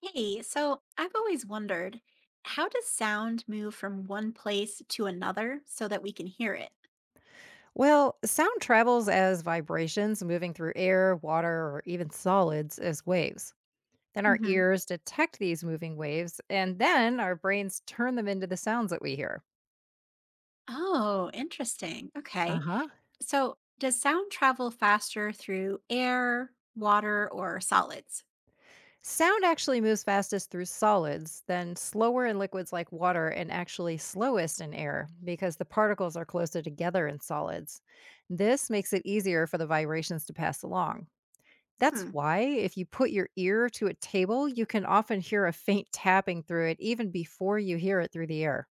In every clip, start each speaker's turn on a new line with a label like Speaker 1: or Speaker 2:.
Speaker 1: Hey, so I've always wondered, how does sound move from one place to another so that we can hear it?
Speaker 2: Well, sound travels as vibrations moving through air, water, or even solids as waves. Then our
Speaker 1: hmm
Speaker 2: ears detect these moving waves, and then our brains turn them into the sounds that we hear.
Speaker 1: Oh, interesting.
Speaker 2: Uh
Speaker 1: Okay.
Speaker 2: huh.
Speaker 1: So, does sound travel faster through air, water, or solids?
Speaker 2: Sound actually moves fastest through solids, then slower in liquids like water, and actually slowest in air because the particles are closer together in solids. This makes it easier for the vibrations to pass along. That's
Speaker 1: Hmm.
Speaker 2: why if you put your ear to a table, you can often hear a faint tapping through it even before you hear it through the air.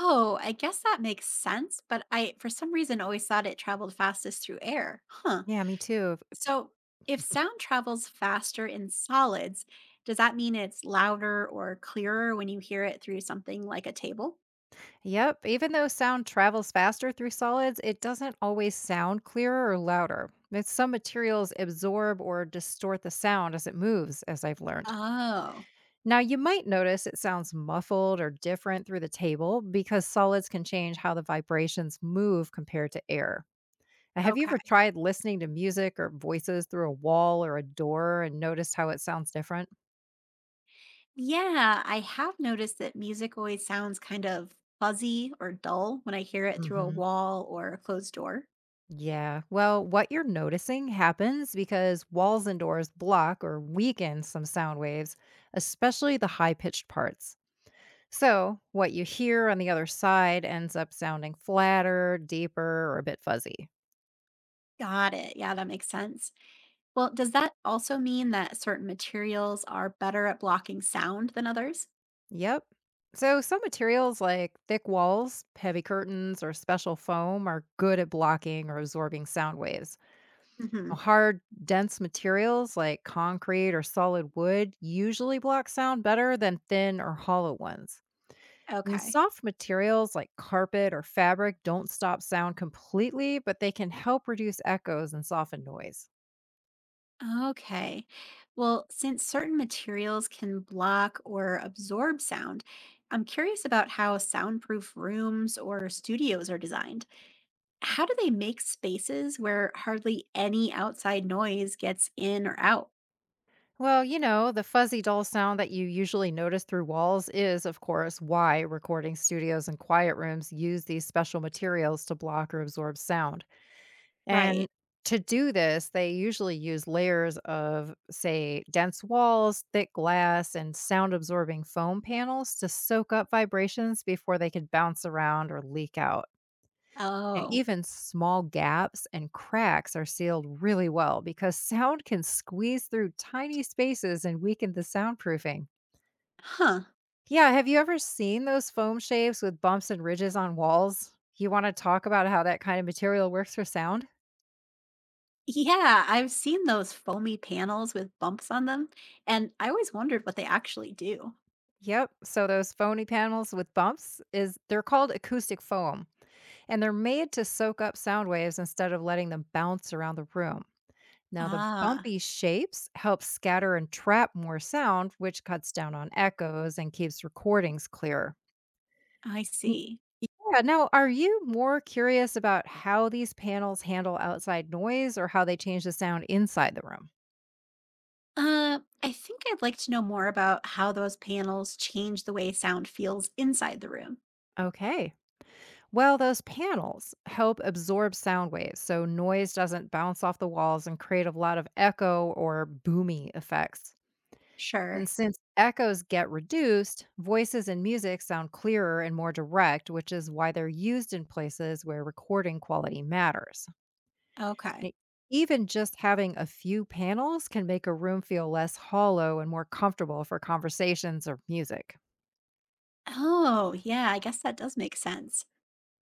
Speaker 1: Oh, I guess that makes sense, but I, for some reason, always thought it traveled fastest through air. Huh.
Speaker 2: Yeah, me too.
Speaker 1: So, if sound travels faster in solids, does that mean it's louder or clearer when you hear it through something like a table?
Speaker 2: Yep, even though sound travels faster through solids, it doesn't always sound clearer or louder. And some materials absorb or distort the sound as it moves, as I've learned.
Speaker 1: Oh,
Speaker 2: Now, you might notice it sounds muffled or different through the table because solids can change how the vibrations move compared to air. Have you ever
Speaker 1: okay.
Speaker 2: tried listening to music or voices through a wall or a door and noticed how it sounds different?
Speaker 1: Yeah, I have noticed that music always sounds kind of fuzzy or dull when I hear it through a
Speaker 2: Hmm.
Speaker 1: wall or a closed door.
Speaker 2: Yeah. Well, what you're noticing happens because walls and doors block or weaken some sound waves, especially the high pitched parts. So, what you hear on the other side ends up sounding flatter, deeper, or a bit fuzzy.
Speaker 1: Got it. Yeah, that makes sense. Well, does that also mean that certain materials are better at blocking sound than others?
Speaker 2: Yep. So, some materials like thick walls, heavy curtains, or special foam are good at blocking or absorbing sound waves.
Speaker 1: Hmm.
Speaker 2: Hard, dense materials like concrete or solid wood usually block sound better than thin or hollow ones. And
Speaker 1: Okay.
Speaker 2: soft materials like carpet or fabric don't stop sound completely, but they can help reduce echoes and soften noise.
Speaker 1: Okay. Well, since certain materials can block or absorb sound, I'm curious about how soundproof rooms or studios are designed. How do they make spaces where hardly any outside noise gets in or out?
Speaker 2: Well, the fuzzy dull sound that you usually notice through walls is, of course, why recording studios and quiet rooms use these special materials to block or absorb sound. And
Speaker 1: Right.
Speaker 2: to do this, they usually use layers of, say, dense walls, thick glass, and sound absorbing foam panels to soak up vibrations before they could bounce around or leak out. And
Speaker 1: Oh,
Speaker 2: even small gaps and cracks are sealed really well because sound can squeeze through tiny spaces and weaken the soundproofing.
Speaker 1: huh.
Speaker 2: Yeah, have you ever seen those foam shapes with bumps and ridges on walls? You want to talk about how that kind of material works for sound?
Speaker 1: Yeah, I've seen those foamy panels with bumps on them, and I always wondered what they actually do.
Speaker 2: Yep. So those phony panels with bumps is they're called acoustic foam, and they're made to soak up sound waves instead of letting them bounce around the room. Now the
Speaker 1: Ah,
Speaker 2: bumpy shapes help scatter and trap more sound, which cuts down on echoes and keeps recordings clearer.
Speaker 1: I
Speaker 2: N-
Speaker 1: see.
Speaker 2: Yeah, now are you more curious about how these panels handle outside noise or how they change the sound inside the room?
Speaker 1: I think I'd like to know more about how those panels change the way sound feels inside the room.
Speaker 2: Okay. Well, those panels help absorb sound waves so noise doesn't bounce off the walls and create a lot of echo or boomy effects. And
Speaker 1: Sure.
Speaker 2: since echoes get reduced, voices and music sound clearer and more direct, which is why they're used in places where recording quality matters.
Speaker 1: Okay.
Speaker 2: E- Even just having a few panels can make a room feel less hollow and more comfortable for conversations or music.
Speaker 1: Oh, yeah, I guess that does make sense.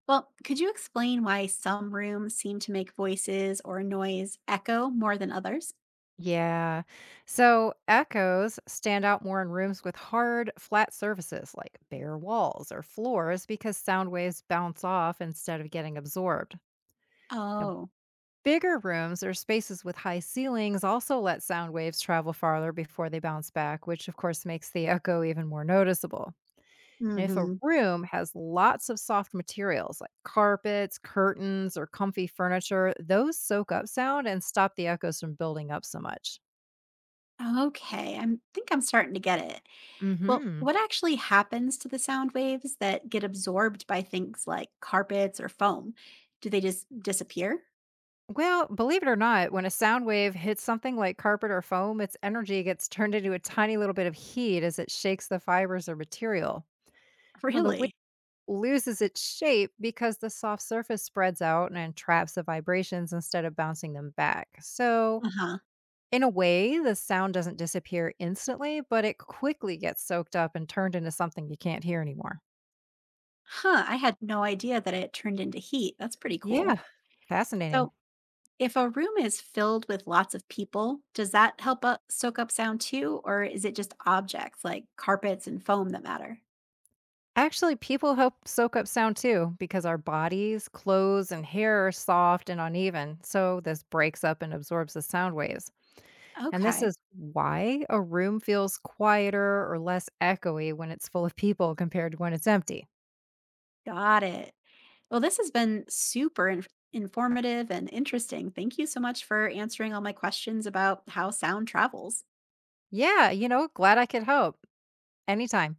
Speaker 1: Well, could you explain why some rooms seem to make voices or noise echo more than others?
Speaker 2: Yeah. So echoes stand out more in rooms with hard, flat surfaces like bare walls or floors because sound waves bounce off instead of getting absorbed. Now,
Speaker 1: Oh,
Speaker 2: bigger rooms or spaces with high ceilings also let sound waves travel farther before they bounce back, which of course makes the echo even more noticeable. And if a
Speaker 1: hmm,
Speaker 2: room has lots of soft materials like carpets, curtains, or comfy furniture, those soak up sound and stop the echoes from building up so much.
Speaker 1: okay. I think I'm starting to get it.
Speaker 2: Mm
Speaker 1: Well,
Speaker 2: hmm.
Speaker 1: what actually happens to the sound waves that get absorbed by things like carpets or foam? Do they just disappear?
Speaker 2: Well, believe it or not, when a sound wave hits something like carpet or foam, its energy gets turned into a tiny little bit of heat as it shakes the fibers or material. Now, the wave
Speaker 1: Really?
Speaker 2: loses its shape because the soft surface spreads out and traps the vibrations instead of bouncing them back. So,
Speaker 1: Uh huh.
Speaker 2: in a way, the sound doesn't disappear instantly, but it quickly gets soaked up and turned into something you can't hear anymore.
Speaker 1: Huh. I had no idea that it turned into heat. That's pretty cool.
Speaker 2: Yeah, fascinating.
Speaker 1: So, if a room is filled with lots of people, does that help up soak up sound too, or is it just objects like carpets and foam that matter?
Speaker 2: Actually, people help soak up sound too because our bodies, clothes, and hair are soft and uneven. So this breaks up and absorbs the sound waves. And this
Speaker 1: Okay,
Speaker 2: is why a room feels quieter or less echoey when it's full of people compared to when it's empty.
Speaker 1: got it. Well, this has been super informative and interesting. Thank you so much for answering all my questions about how sound travels.
Speaker 2: Yeah, glad I could help. Anytime.